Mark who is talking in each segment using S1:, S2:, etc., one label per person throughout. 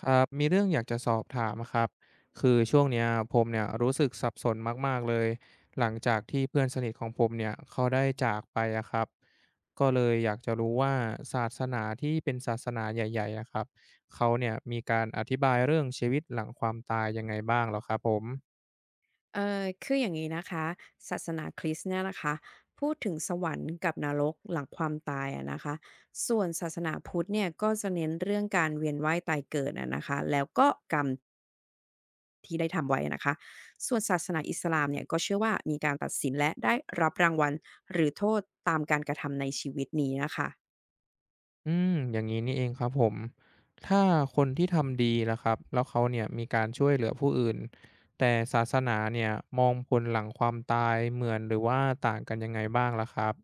S1: ครับมีเรื่องอยากจะสอบถามอะครับคือช่วงเนี้ยผมเนี่ยรู้สึกสับสนมากๆเลยหลังจากที่เพื่อนสนิทของผมเนี่ยเขาได้จากไปอะครับก็เลยอยากจะรู้ว่าศาสนาที่เป็นศาสนาใหญ่ๆอะครับเขาเนี่ยมีการอธิบายเรื่องชีวิตหลังความตายยังไงบ้างเหรอครับผม
S2: คืออย่างนี้นะคะศาสนาคริสต์เนี่ยนะคะพูดถึงสวรรค์กับนรกหลังความตายอะนะคะส่วนศาสนาพุทธเนี่ยก็จะเน้นเรื่องการเวียนว่ายตายเกิดอะนะคะแล้วก็กรรมที่ได้ทำไว้นะคะส่วนศาสนาอิสลามเนี่ยก็เชื่อว่ามีการตัดสินและได้รับรางวัลหรือโทษตามการกระทำในชีวิตนี้นะคะ
S1: อืมอย่างงี้นี่เองครับผมถ้าคนที่ทำดีล่ะครับแล้วเขาเนี่ยมีการช่วยเหลือผู้อื่นแต่ศาสนาเนี่ยมองผลหลังความตายเหมือนหรือว่าต่างกันยังไงบ้างล่ะครับ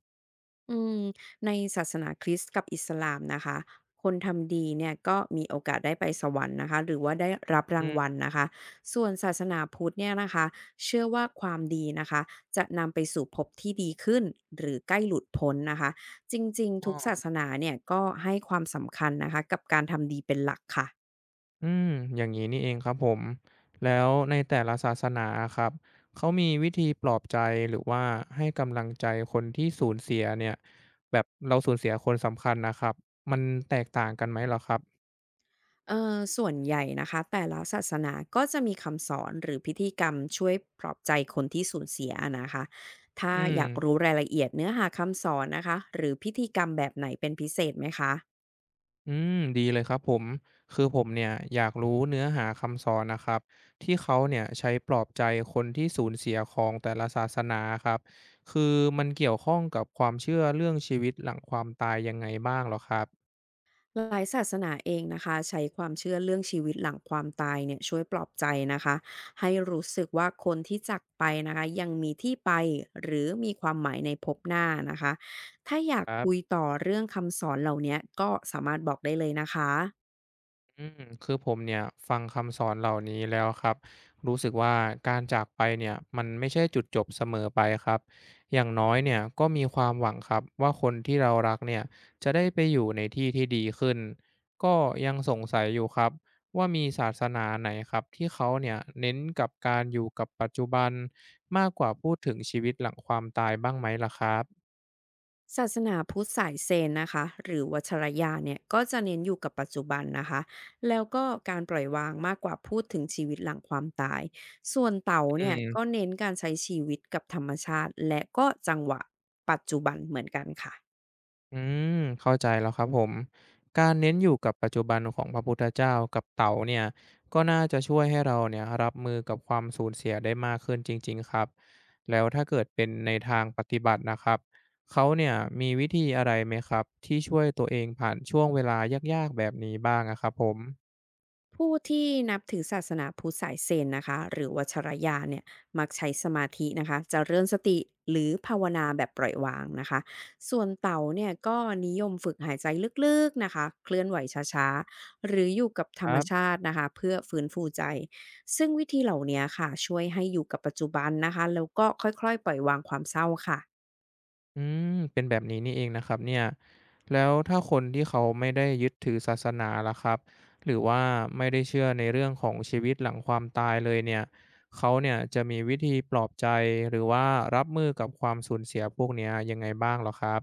S2: อืมในศาสนาคริสต์กับอิสลามนะคะคนทำดีเนี่ยก็มีโอกาสได้ไปสวรรค์นะคะหรือว่าได้รับรา
S1: อื
S2: ง
S1: ม
S2: วัลนะคะส่วนศาสนาพุทธเนี่ยนะคะเชื่อว่าความดีนะคะจะนำไปสู่ภพที่ดีขึ้นหรือใกล้หลุดพ้นนะคะจริง
S1: อ
S2: ๆทุกศาส
S1: อ
S2: นาเนี่ยก็ให้ความสำคัญนะคะกับการทำดีเป็นหลักค่ะ
S1: อืมอย่างงี้นี่เองครับผมแล้วในแต่ละศาสนาะครับเขามีวิธีปลอบใจหรือว่าให้กำลังใจคนที่สูญเสียเนี่ยแบบเราสูญเสียคนสำคัญนะครับมันแตกต่างกันไหมเหรอครับ
S2: ส่วนใหญ่นะคะแต่ละศาสนาก็จะมีคำสอนหรือพิธีกรรมช่วยปลอบใจคนที่สูญเสียนะคะถ้า
S1: อืม
S2: อยากรู้รายละเอียดเนื้อหาคำสอนนะคะหรือพิธีกรรมแบบไหนเป็นพิเศษไหมคะ
S1: อืมดีเลยครับผมคือผมเนี่ยอยากรู้เนื้อหาคำสอนนะครับที่เขาเนี่ยใช้ปลอบใจคนที่สูญเสียของแต่ละศาสนาครับคือมันเกี่ยวข้องกับความเชื่อเรื่องชีวิตหลังความตายยังไงบ้างเหรอครับ
S2: หลายศาสนาเองนะคะใช้ความเชื่อเรื่องชีวิตหลังความตายเนี่ยช่วยปลอบใจนะคะให้รู้สึกว่าคนที่จากไปนะคะยังมีที่ไปหรือมีความหมายในภพหน้านะคะถ้าอยาก
S1: ครั
S2: คุย
S1: บ
S2: ต่อเรื่องคำสอนเหล่านี้ก็สามารถบอกได้เลยนะคะ
S1: อืมคือผมเนี่ยฟังคำสอนเหล่านี้แล้วครับรู้สึกว่าการจากไปเนี่ยมันไม่ใช่จุดจบเสมอไปครับอย่างน้อยเนี่ยก็มีความหวังครับว่าคนที่เรารักเนี่ยจะได้ไปอยู่ในที่ที่ดีขึ้นก็ยังสงสัยอยู่ครับว่ามีศาสนาไหนครับที่เขาเนี่ยเน้นกับการอยู่กับปัจจุบันมากกว่าพูดถึงชีวิตหลังความตายบ้างไหมล่ะครับ
S2: ศาสนาพุทธสายเซนนะคะหรือวัชรยานเนี่ยก็จะเน้นอยู่กับปัจจุบันนะคะแล้วก็การปล่อยวางมากกว่าพูดถึงชีวิตหลังความตายส่วนเต๋า
S1: อื
S2: เนี่ยก็
S1: ม
S2: เน้นการใช้ชีวิตกับธรรมชาติและก็จังหวะปัจจุบันเหมือนกันค่ะ
S1: อืมเข้าใจแล้วครับผมการเน้นอยู่กับปัจจุบันของพระพุทธเจ้ากับเต่าเนี่ยก็น่าจะช่วยให้เราเนี่ยรับมือกับความสูญเสียได้มากขึ้นจริงๆครับแล้วถ้าเกิดเป็นในทางปฏิบัตินะครับเขาเนี่ยมีวิธีอะไรไหมครับที่ช่วยตัวเองผ่านช่วงเวลายากๆแบบนี้บ้างอะครับผม
S2: ผู้ที่นับถือศาสนาพุทธสายเซนนะคะหรือวัชรยานเนี่ยมักใช้สมาธินะคะจะเริ่มสติหรือภาวนาแบบปล่อยวางนะคะส่วนเต่าเนี่ยก็นิยมฝึกหายใจลึกๆนะคะเคลื่อนไหวช้าๆหรืออยู่กับธ
S1: ค
S2: รรม
S1: รับ
S2: ชาตินะคะเพื่อฟื้นฟูใจซึ่งวิธีเหล่านี้ค่ะช่วยให้อยู่กับปัจจุบันนะคะแล้วก็ค่อยๆปล่อยวางความเศร้าค่ะ
S1: อืมเป็นแบบนี้นี่เองนะครับเนี่ยแล้วถ้าคนที่เขาไม่ได้ยึดถือศาสนาล่ะครับหรือว่าไม่ได้เชื่อในเรื่องของชีวิตหลังความตายเลยเนี่ยเขาเนี่ยจะมีวิธีปลอบใจหรือว่ารับมือกับความสูญเสียพวกเนี้ยยังไงบ้างเหรอครับ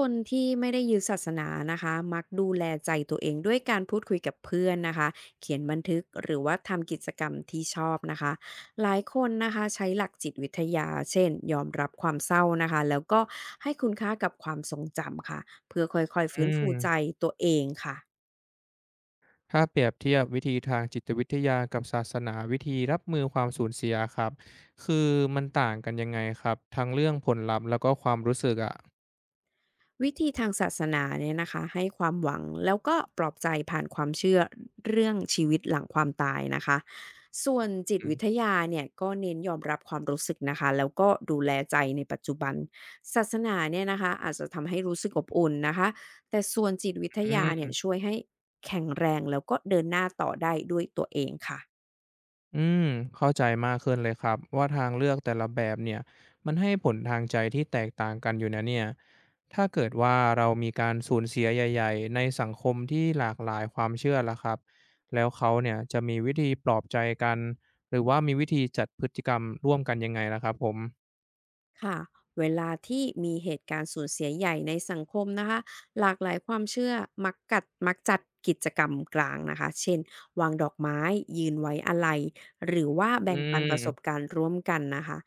S2: คนที่ไม่ได้ยึดศาสนานะคะมักดูแลใจตัวเองด้วยการพูดคุยกับเพื่อนนะคะเขียนบันทึกหรือว่าทำกิจกรรมที่ชอบนะคะหลายคนนะคะใช้หลักจิตวิทยาเช่นยอมรับความเศร้านะคะแล้วก็ให้คุณค่ากับความทรงจำค่ะเพื่อค่อยๆ
S1: อื
S2: ฟื้นฟู
S1: ม
S2: ใจตัวเองค่ะ
S1: ถ้าเปรียบเทียบวิธีทางจิตวิทยากับศาสนาวิธีรับมือความสูญเสียครับคือมันต่างกันยังไงครับทั้งเรื่องผลลัพธ์แล้วก็ความรู้สึกอะ
S2: วิธีทางศาสนาเนี่ยนะคะให้ความหวังแล้วก็ปลอบใจผ่านความเชื่อเรื่องชีวิตหลังความตายนะคะส่วนจิตวิทยาเนี่ยก็เน้นยอมรับความรู้สึกนะคะแล้วก็ดูแลใจในปัจจุบันศาสนาเนี่ยนะคะอาจจะทำให้รู้สึกอบอุ่นนะคะแต่ส่วนจิตวิท
S1: อื
S2: ยาเนี่ย
S1: ม
S2: ช่วยให้แข็งแรงแล้วก็เดินหน้าต่อได้ด้วยตัวเองค่ะ
S1: อืม เข้าใจมากขึ้นเลยครับว่าทางเลือกแต่ละแบบเนี่ยมันให้ผลทางใจที่แตกต่างกันอยู่นะเนี่ยถ้าเกิดว่าเรามีการสูญเสียใหญ่ๆในสังคมที่หลากหลายความเชื่อละครับแล้วเขาเนี่ยจะมีวิธีปลอบใจกันหรือว่ามีวิธีจัดพฤติกรรมร่วมกันยังไงล่ะครับผม
S2: ค่ะเวลาที่มีเหตุการณ์สูญเสียใหญ่ในสังคมนะคะหลากหลายความเชื่อมักจัดกิจกรรมกลางนะคะเช่นวางดอกไม้ยืนไว้อาลัยหรือว่า
S1: อื
S2: แบ่งปันป
S1: ม
S2: ระสบการณ์ร่วมกันนะคะ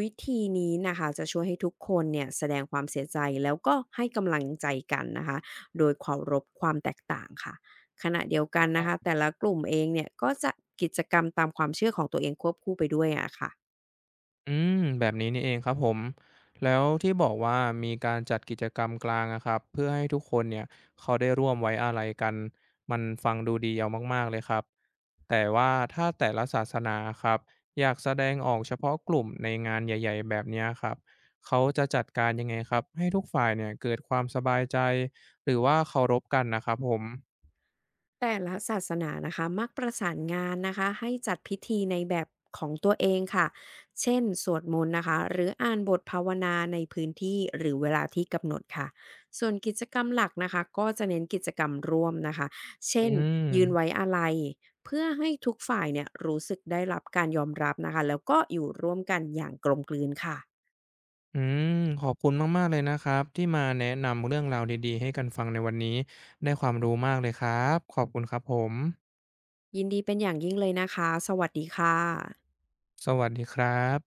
S2: วิธีนี้นะคะจะช่วยให้ทุกคนเนี่ยแสดงความเสียใจแล้วก็ให้กำลังใจกันนะคะโดยเคารพความแตกต่างค่ะขณะเดียวกันนะคะแต่ละกลุ่มเองเนี่ยก็จะกิจกรรมตามความเชื่อของตัวเองควบคู่ไปด้วยอะค่ะ
S1: อืมแบบนี้นี่เองครับผมแล้วที่บอกว่ามีการจัดกิจกรรมกลางอะครับเพื่อให้ทุกคนเนี่ยเขาได้ร่วมไว้อาลัยกันมันฟังดูดีเอามากๆเลยครับแต่ว่าถ้าแต่ละศาสนาครับอยากแสดงออกเฉพาะกลุ่มในงานใหญ่ๆแบบเนี้ยครับเขาจะจัดการยังไงครับให้ทุกฝ่ายเนี่ยเกิดความสบายใจหรือว่าเคารพกันนะครับผม
S2: แต่ละศาสนานะคะมักประสานงานนะคะให้จัดพิธีในแบบของตัวเองค่ะเช่นสวดมนต์นะคะหรืออ่านบทภาวนาในพื้นที่หรือเวลาที่กำหนดค่ะส่วนกิจกรรมหลักนะคะก็จะเน้นกิจกรรมร่วมนะคะ
S1: อื
S2: เช่นยืนไว้
S1: ม
S2: อาลัยเพื่อให้ทุกฝ่ายเนี่ยรู้สึกได้รับการยอมรับนะคะแล้วก็อยู่ร่วมกันอย่างกลมกลืนค่ะ
S1: อืมขอบคุณมากๆเลยนะครับที่มาแนะนำเรื่องราวดีๆให้กันฟังในวันนี้ได้ความรู้มากเลยครับขอบคุณครับผม
S2: ยินดีเป็นอย่างยิ่งเลยนะคะสวัสดีค่ะ
S1: สวัสดีครับ